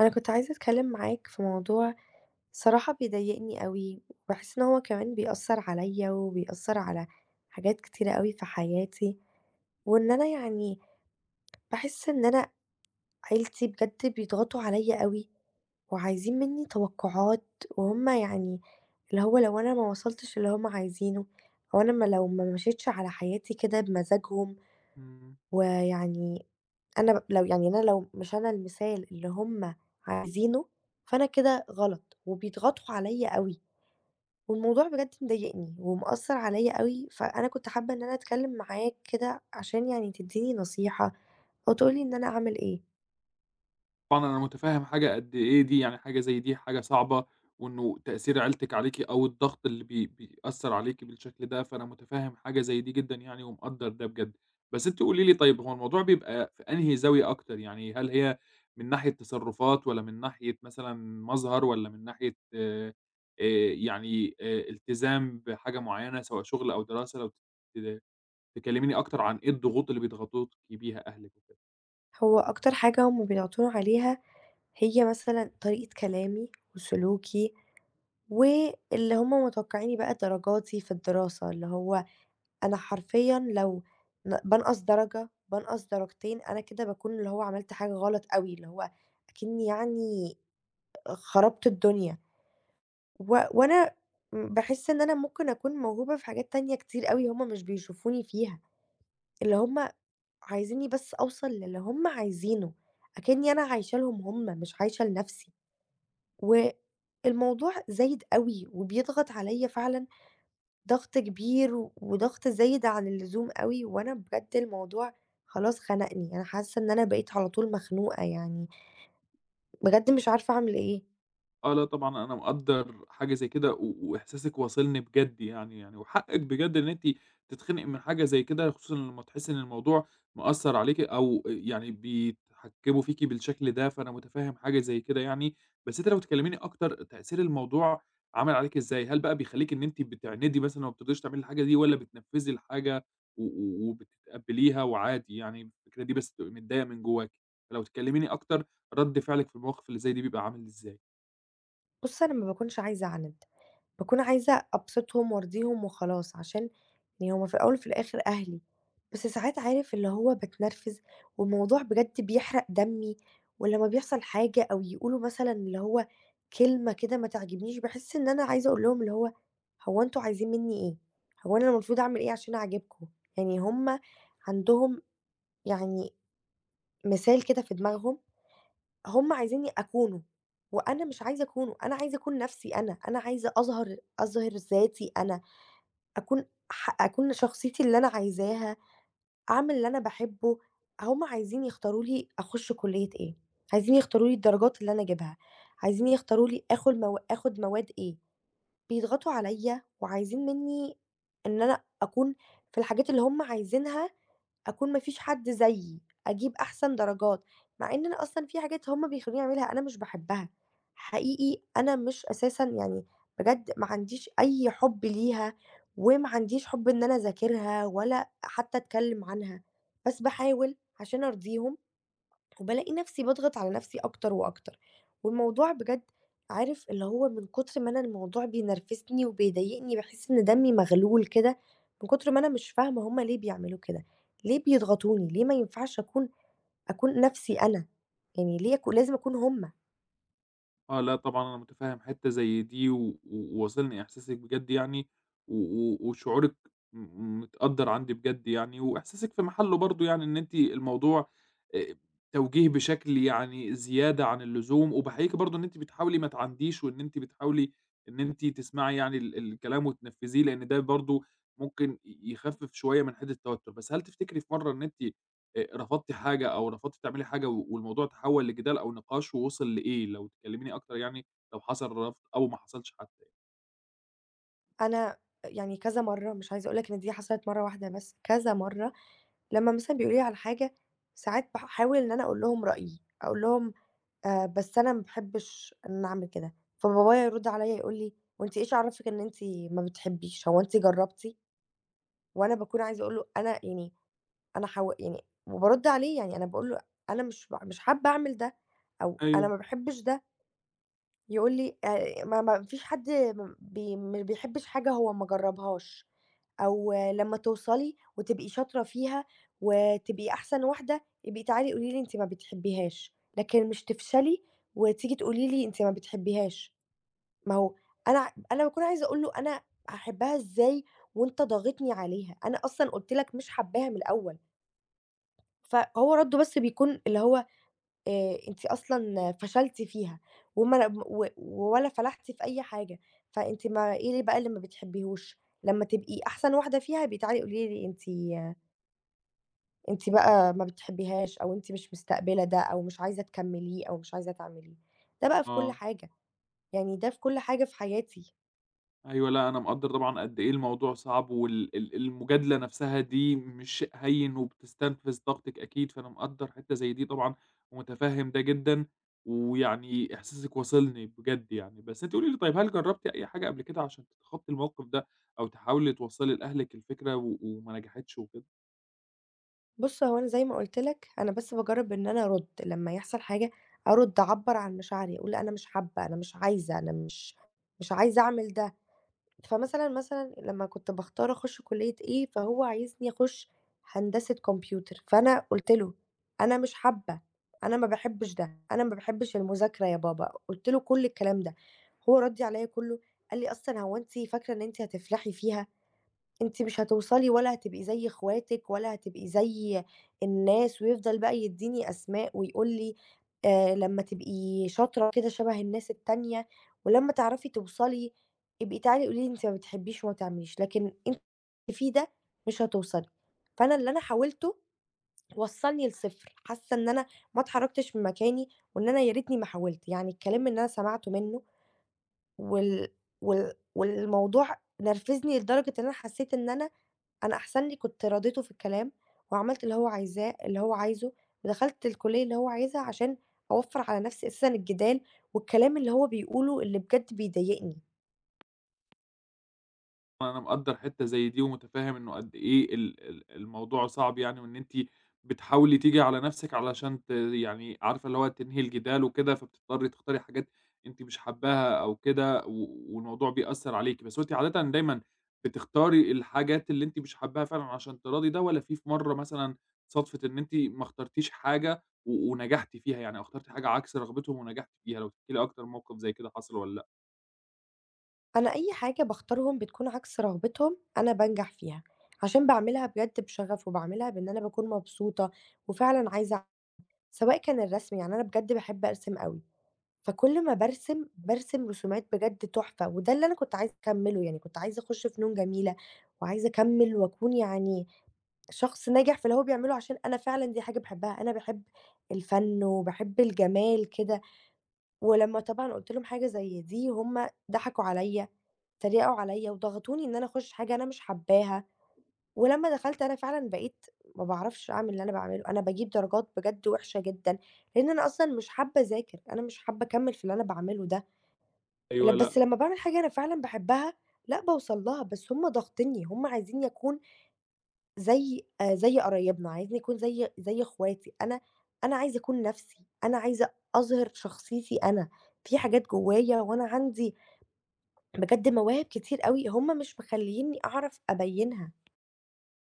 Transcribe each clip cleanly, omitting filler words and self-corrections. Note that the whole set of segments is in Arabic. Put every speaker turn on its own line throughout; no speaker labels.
أنا كنت عايزة أتكلم معاك في موضوع صراحة بيضايقني أوي، وباحس إن هو كمان بيأثّر عليَّ وبيأثّر على حاجات كتيرة أوي في حياتي، وإن أنا يعني باحس إن أنا عيلتي بجد بيضغطوا عليَّ أوي، وعايزين منّي توقعات وهُم اللي هو لو أنا ما وصلتش اللي هُم عايزينه، أو أنا ما لو ما مشيتش على حياتي كده بمزاجهم
إمم،
ويعني أنا لو مش أنا المثال اللي هُم عايزينه، فأنا كده غلط، وبيضغطوا عليّا أوي، والموضوع بجد مضايقني ومأثّر عليّا أوي، فأنا كنت حابة إن أنا أتكلم معاك كده عشان يعني تدّيني نصيحة أو تقول لي إن أنا أعمل إيه.
طبعًا أنا متفهم حاجة قد إيه دي، يعني حاجة زي دي حاجة صعبة، وإنه تأثير عيلتِك عليكِ أو الضغط اللي بيأثّر عليكِ بالشكل ده، فأنا متفهم حاجة زي دي جدًا يعني ومقدّر ده بجد. بس أنتِ قولي لي طيب هو الموضوع بيبقى في أنهي زاوية أكتر، يعني هل هي من ناحية تصرفات والّا من ناحية مثلًا مظهر والّا من ناحية يعني التزام بحاجة معيّنة سواء شغل أو دراسة؟ لو ت تكلميني أكتر عن إيه الضغوط اللي بيضغطوكِ بيها أهلِك وكده.
هو أكتر حاجة هُم بيضغطوني عليها هي مثلًا طريقة كلامي وسلوكي، واللي هُم متوقعيني بقى درجاتي في الدراسة، اللي هو أنا حرفيًا لو بانقص درجة، بانقص درجتين، أنا كده باكون اللي هو عملت حاجة غلط أوي، اللي هو أكني خربت الدنيا، وأنا باحس إن أنا ممكن أكون موهوبة في حاجات تانية كتير أوي هُم مش بيشوفوني فيها، اللي هُم عايزينّي بس أوصل للي هُم عايزينه، أكني أنا عايشة لهم هُم مش عايشة لنفسي، والموضوع زايد أوي وبيضغط عليَّ فعلًا ضغط كبير وضغط زايد عن اللزوم أوي، وأنا بجد الموضوع خلاص خنقني، أنا حاسة إن أنا بقيت على طول مخنوقة يعني، بجد مش عارفة أعمل إيه.
آه، لأ طبعًا أنا مقدّر حاجة زي كده، و وإحساسِك واصلني بجد يعني، يعني وحقِّك بجد إن أنتِ تتخنقي من حاجة زي كده، خصوصًا لمّا تحسّي إن الموضوع مأثّر عليكِ أو يعني بيتحكّموا فيكِ بالشكل ده، فأنا متفهّم حاجة زي كده يعني. بس أنتِ لو تكلّميني أكتر، تأثير الموضوع عمل عليكِ إزاي؟ هل بقى بيخلّيكِ إن أنتِ بتعندي مثلًا وما بترضيش تعملي الحاجة دي والّا بتنفّذي الحاجة و و وبتتقبّليها وعادي يعني الفكرة دي بس بتبقي متضايقة من جوّاكِ؟ فلو تكلّميني أكتر، رَد فعلِك في المواقف اللي زي دي بيبقى عامل إزاي؟
بُص أنا ما باكونش عايزة أعند. باكون عايزة أبسطهم وأرضيهم وخلاص، عشان يعني هُم في الأول وفي الآخر أهلي، بس ساعات عارف اللي هو باتنرفز والموضوع بجد بيحرق دمي، ولمّا بيحصل حاجة أو يقولوا مثلًا اللي هو كلمة كده ما تعجبنيش، باحس إن أنا عايزة أقول لهم اللي هو هو أنتم عايزين منّي إيه؟ هو أنا المفروض أعمل إيه عشان أعجبكم؟ يعني هُم عندهم يعني مثال كده في دماغهم، هُم عايزينّي أكونه وأنا مش عايزة أكونه، أنا عايزة أكون نَفْسي أنا، أنا عايزة أظهر ذاتي أنا. أكون أكون شخصيتي اللي أنا عايزاها، أعمل اللي أنا باحبه، هُم عايزين يختاروا لي أخُش كُلّية إيه، عايزين يختاروا لي الدرجات اللي أنا أجيبها، عايزين يختاروا لي آخُل مو آخُد مواد إيه، بيضغطوا عليّا وعايزين منّي إن أنا أكون في الحاجات اللي هُم عايزينها أكون ما فيش حد زيي، أجيب أحسن درجات، مع إن أنا أصلًا في حاجات هُم بيخلّوني أعملها أنا مش باحبها، حقيقي أنا مش أساسًا يعني بجد ما عنديش أي حُب ليها، وما عنديش حُب إن أنا أذاكرها ولا حتى أتكلم عنها، بس باحاول عشان أرضيهم وبالاقي نفسي باضغط على نفسي أكتر وأكتر، والموضوع بجد عارف اللي هو من كتر ما أنا الموضوع بينرفزني وبيضايقني باحس إن دمي مغلول كده، من كتر ما أنا مش فاهمة هُم ليه بيعملوا كده، ليه بيضغطوني، ليه ما ينفعش أكون نفسي أنا، يعني ليه لازم أكون هُم.
آه، لأ طبعًا أنا متفهم حتّة زي دي، و و- وواصلني إحساسِك بجد يعني، و و وشعورِك متقدّر عندي بجد يعني، وإحساسِك في محله برضه يعني، إن أنتِ الموضوع آآ، توجيه بشكل يعني زيادة عن اللزوم، وباحييكِ برضه إن أنتِ بتحاولي ما تعانديش، وإن أنتِ بتحاولي إن أنتِ تسمعي يعني الكلام وتنفّذيه، لأن ده برضه ممكن يخفف شوية من حدة التوتر، بس هل تفتكري في مرّة إن أنتِ رفضتِ حاجة أو رفضتِ تعملي حاجة و والموضوع تحوّل لجدال أو نقاش ووصل لإيه؟ لو تكلّميني أكتر يعني لو حصل رفض أو ما حصلش حتى يعني.
أنا يعني كذا مرة مش عايزة أقول لك إن دي حصلت مرة واحدة بس، كذا مرة لمّا مثلًا بيقولوا لي على حاجة، ساعات باحاول إن أنا أقول لهم رأيي، أقول لهم بس أنا ما باحبش إن أنا أعمل كده، فبابايا يرُد عليّا يقول لي: "هو أنتِ إيش عرّفِك إن أنتِ ما بتحبّيش، هو أنتِ جرّبتِ؟" وأنا باكون عايزة أقول له أنا يعني أنا حاو يعني وبارُد عليه، يعني أنا باقول له: "أنا مش حابّة أعمل ده، أو أنا
أيوه،
ما باحبّش ده." يقول لي ما فيش حد م بي ما بيحبّش حاجة هو ما جرّبهاش، أو آه، لمّا توصلي وتبقي شاطرة فيها وتبقي أحسن واحدة، يبقي تعالي قولي لي أنتِ ما بتحبّيهاش، لكن مش تفشلي وتيجي تقولي لي أنتِ ما بتحبّيهاش، ما هو أنا باكون عايزة أقول له أنا هاحبّها إزاي وأنت ضاغطني عليها، أنا أصلًا قُلت لك مش حابّاها من الأول، فهو رَدُّه بس بيكون اللي هو أنتِ أصلًا فشلتِ فيها وما ل و ولا فلحتِ في أي حاجة، فأنتِ ما إيه ليه بقى اللي ما بتحبيهوش؟ لمّا تبقي أحسن واحدة فيها بقي تعالي قولي لي أنتِ بقى ما بتحبيهاش أو أنتِ مش مستقبلة ده أو مش عايزة تكمّليه أو مش عايزة تعمليه، ده بقى في كل
آه.
حاجة، يعني ده في كل حاجة في حياتي.
أيوه، لأ أنا مقدّر طبعًا قد إيه الموضوع صعب وال ال المجادلة نفسها دي مش شيء هين وبتستنفذ طاقتِك أكيد، فأنا مقدّر حتّة زي دي طبعًا ومتفهّم ده جدًا، ويعني إحساسِك واصلني بجد يعني. بس أنتِ قولي لي طيب هل جرّبتِ أي حاجة قبل كده عشان تتخطّي الموقف ده أو تحاولي توصّلي لأهلِك الفكرة و وما نجحتش وكده؟
بُص، هو أنا زي ما قُلت لك أنا بس باجرّب إن أنا أرُد، لمّا يحصل حاجة أرُد، أعبّر عن مشاعري، أقول أنا مش حابة، أنا مش عايزة، أنا مش عايزة أعمل ده. فمثلًا، لمّا كنت باختار أخُش كُلّية إيه، فهو عايزني أخُش هندسة كمبيوتر، فأنا قُلت له: "أنا مش حابة، أنا ما باحبش ده، أنا ما باحبش المذاكرة يا بابا." قُلت له كل الكلام ده، هو رَد عليّا كُلّه قال لي: "أصلًا هو أنتِ فاكرة إن أنتِ هتفلحي فيها؟ أنتِ مش هتوصلي ولا هتبقي زي اخواتِك ولا هتبقي زي الناس، ويفضل بقى يدّيني أسماء ويقول لي لمّا تبقي شاطرة كده شبه الناس التانية، ولمّا تعرفي توصلي ابقي تعالي قولي لي أنتِ ما بتحبيش وما تعمليش، لكن أنتِ فيه ده مش هتوصلي. فأنا اللي أنا حاولته وصّلني لصفر، حاسة إن أنا ما اتحركتش من مكاني، وإن أنا يا ريتني ما حاولت، يعني الكلام اللي أنا سمعته منه وال والموضوع نرفزني لدرجة إن أنا حسيت إن أنا أحسن لي كنت راضيته في الكلام، وعملت اللي هو عايزه، ودخلت الكلية اللي هو عايزها عشان أوفّر على نفسي أساسًا الجدال والكلام اللي هو بيقوله اللي بجد بيضايقني.
أنا مقدّر حتّة زي دي ومتفهّم إنه قد إيه ال ال الموضوع صعب يعني وإن أنتِ بتحاولي تيجي على نَفْسِك علشان يعني عارفة اللي هو تنهي الجدال وكده، فبتضطرّي تختاري حاجات أنتِ مش حابّاها أو كده و والموضوع بيأثّر عليكِ، بس هو أنتِ عادةً دايمًا بتختاري الحاجات اللي أنتِ مش حابّاها فعلًا عشان تراضي ده والّا في مرّة مثلًا صادفِت إن أنتِ ما اخترتيش حاجة و ونجحتِ فيها يعني أو اخترتِ حاجة عكس رغبتهم ونجحتِ فيها؟ لو تحكي لي أكتر موقِف زي كده حصل والّا لأ؟
أنا أي حاجة باختارهم بتكون عكس رغبتهم، أنا بانجح فيها، عشان باعملها بجد بشغف وباعملها بإن أنا باكون مبسوطة وفعلًا عايزة أع سواء كان الرسم، يعني أنا بجد باحب أرسم أوي. فكل ما بارسم، بارسم رسومات بجد تحفة، وده اللي أنا كنت عايزة أكمّله، يعني كنت عايزة أخُش فنون جميلة وعايزة أكمّل وأكون يعني شخص ناجح في اللي هو بيعمله، عشان أنا فعلًا دي حاجة باحبها، أنا باحب الفَن وباحب الجمال كده، ولمّا طبعًا قُلت لهم حاجة زي دي، هُم ضحكوا عليّا، اتريقوا عليّا وضغطوني إن أنا أخُش حاجة أنا مش حاباها، ولمّا دخلت أنا فعلًا بقيت ما باعرفش أعمل اللي أنا باعمله، أنا باجيب درجات بجد وِحشة جدًا، لإن أنا أصلًا مش حابة أذاكر، أنا مش حابة أكمّل في اللي أنا باعمله ده. ل
أيوه،
بس
لأ.
لمّا باعمل حاجة أنا فعلًا باحبها، لأ باوصل لها، بس هُم ضاغطينّي، هُم عايزينّي أكون زي قرايبنا، عايزينّي أكون زي أخواتي، أنا عايزة أكون نَفْسي، أنا عايزة أظهر شخصيتي أنا، في حاجات جوّايا وأنا عندي بجد مواهب كتير أوي، هُم مش مخلّيينّي أعرف أبيّنها.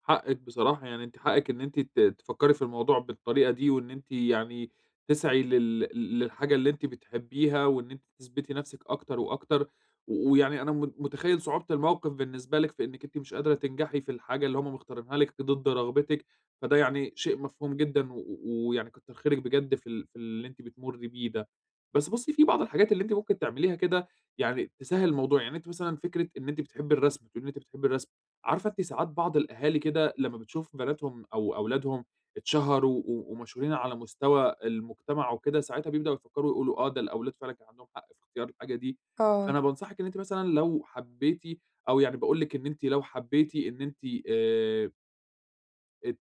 حقِّك بصراحة، يعني أنتِ حقِّك إن أنتِ تفكّري في الموضوع بالطريقة دي وإن أنتِ يعني تسعي للحاجة اللي أنتِ بتحبّيها وإن أنتِ تثبِتي نَفْسِك أكتر وأكتر، و ويعني أنا مُتخيّل صعوبة الموقِف بالنسبة لِك في إنِّك أنتِ مش قادرة تنجحي في الحاجة اللي هم مختارينها لِك ضد رغبتِك، فده يعني شيء مفهوم جدًا و و- ويعني كتّر خيرِك بجد في ال في اللي أنتِ بتمُرّي بيه ده. بس بُصّي، في بعض الحاجات اللي أنتِ ممكن تعمليها كده يعني تسهِّل الموضوع، يعني أنتِ مثلًا فكرة إن أنتِ بتحبّي الرسم، بتقولي إن أنتِ بتحبّي الرسم. عارفة أنتِ ساعات بعض الأهالي كده لمّا بتشوف بناتهم أو أولادهم اتشهروا و ومشهورين على مستوى المجتمع وكده، ساعتها بيبدأوا يفكّروا يقولوا آه، ده الأولاد فعلًا كان عندهم حق في اختيار الحاجة دي،
آه،
فأنا بانصحِك إن أنتِ مثلًا لو حبيتِ أو يعني باقول لِك إن أنتِ لو حبيتِ إن أنتِ آآ ات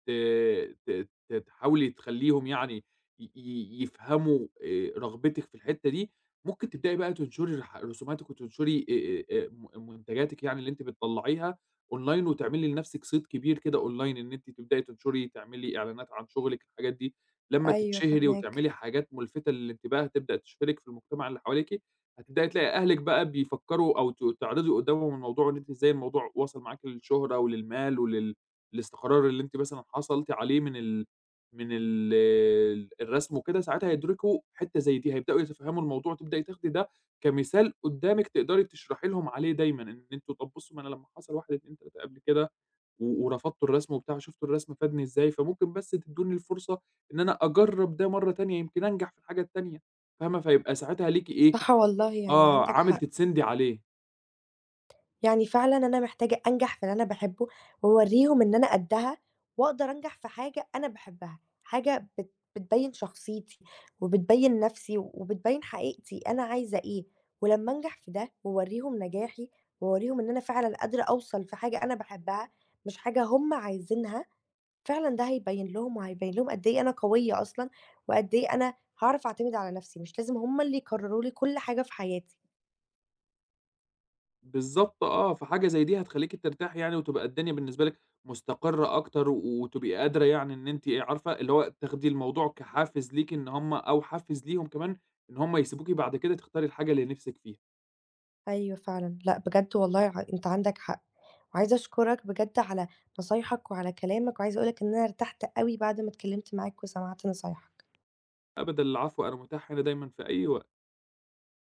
ت ت تحاولي تخلّيهم يعني ي ي يفهموا رغبتِك في الحتّة دي، ممكن تبدئي بقى تنشري رسوماتِك وتنشري م منتجاتِك يعني اللي أنتِ بتطلّعيها أونلاين وتعملي لنَفْسِك صيت كبير كده أونلاين، إن أنتِ تبدئي تنشري، تعملي إعلانات عن شغلِك، الحاجات دي. لمّا
أيوه
تتشهري وتعملي
فاهماك.
حاجات ملفتة للانتباه تبدأ تشهرِك في المجتمع اللي حواليكِ، هتبدئي تلاقي أهلِك بقى بيفكّروا أو تعرضي قدّامهم الموضوع وإن أنتِ إزاي الموضوع وصل معاكِ للشهرة وللمال الاستقرار اللي أنتِ مثلًا حصلتِ عليه من الرسم وكده، ساعتها هيدركوا حتّة زي دي، هيبدؤوا يتفهموا الموضوع، وتبدئي تاخدي ده كمثال قدّامِك تقدري تشرحي لهم عليه دايمًا، إن أنتم طَب بصوا ما أنا لمّا حصل 1، 2، 3 قبل كده و ورفضتوا الرسم وبتاع، شُفتوا الرسم فادني إزاي، فممكن بس تدوني الفرصة إن أنا أجرّب ده مرّة تانية، يمكن أنجح في الحاجة التانية، فاهمة؟ فيبقى ساعتها ليكِ إيه،
صح والله يعني
آه،
عندك
عامل
حق.
تتسندي عليه.
يعني فعلًا أنا محتاجة أنجح في اللي أنا باحبه، وأورّيهم إن أنا قدّها، وأقدر أنجح في حاجة أنا باحبها، حاجة بتبيّن شخصيتي، وبتبيّن نَفْسي، وبتبيّن حقيقتي أنا عايزة إيه، ولمّا أنجح في ده وأورّيهم نجاحي، وأورّيهم إن أنا فعلًا قادرة أوصل في حاجة أنا باحبها، مش حاجة هُم عايزينها، فعلًا ده هيبيّن لهم وهيبيّن لهم قد إيه أنا قوية أصلًا، وقد إيه أنا هاعرف أعتمد على نَفْسي، مش لازم هُم اللي يقرروا لي كل حاجة في حياتي.
بالضبط آه، فحاجة زي دي هتخلّيكِ ترتاحي يعني وتبقى الدنيا بالنسبة لِك مستقرة أكتر، و- وتبقي قادرة يعني إن أنتِ إيه، عارفة اللي هو تاخدي الموضوع كحافز ليكِ إن هُم أو حافز ليهم كمان إن هُم يسيبوكِ بعد كده تختاري الحاجة اللي نِفْسِك فيها.
أيوه فعلًا، لأ بجد والله أنت عندك حق، وعايزة أشكرك بجد على نصايحك وعلى كلامك، وعايزة أقول لك إن أنا ارتحت أوي بعد ما اتكلمت معاك وسمعت نصايحك.
أبدًا، العفو، أنا متاح هنا دايمًا في أي وقت.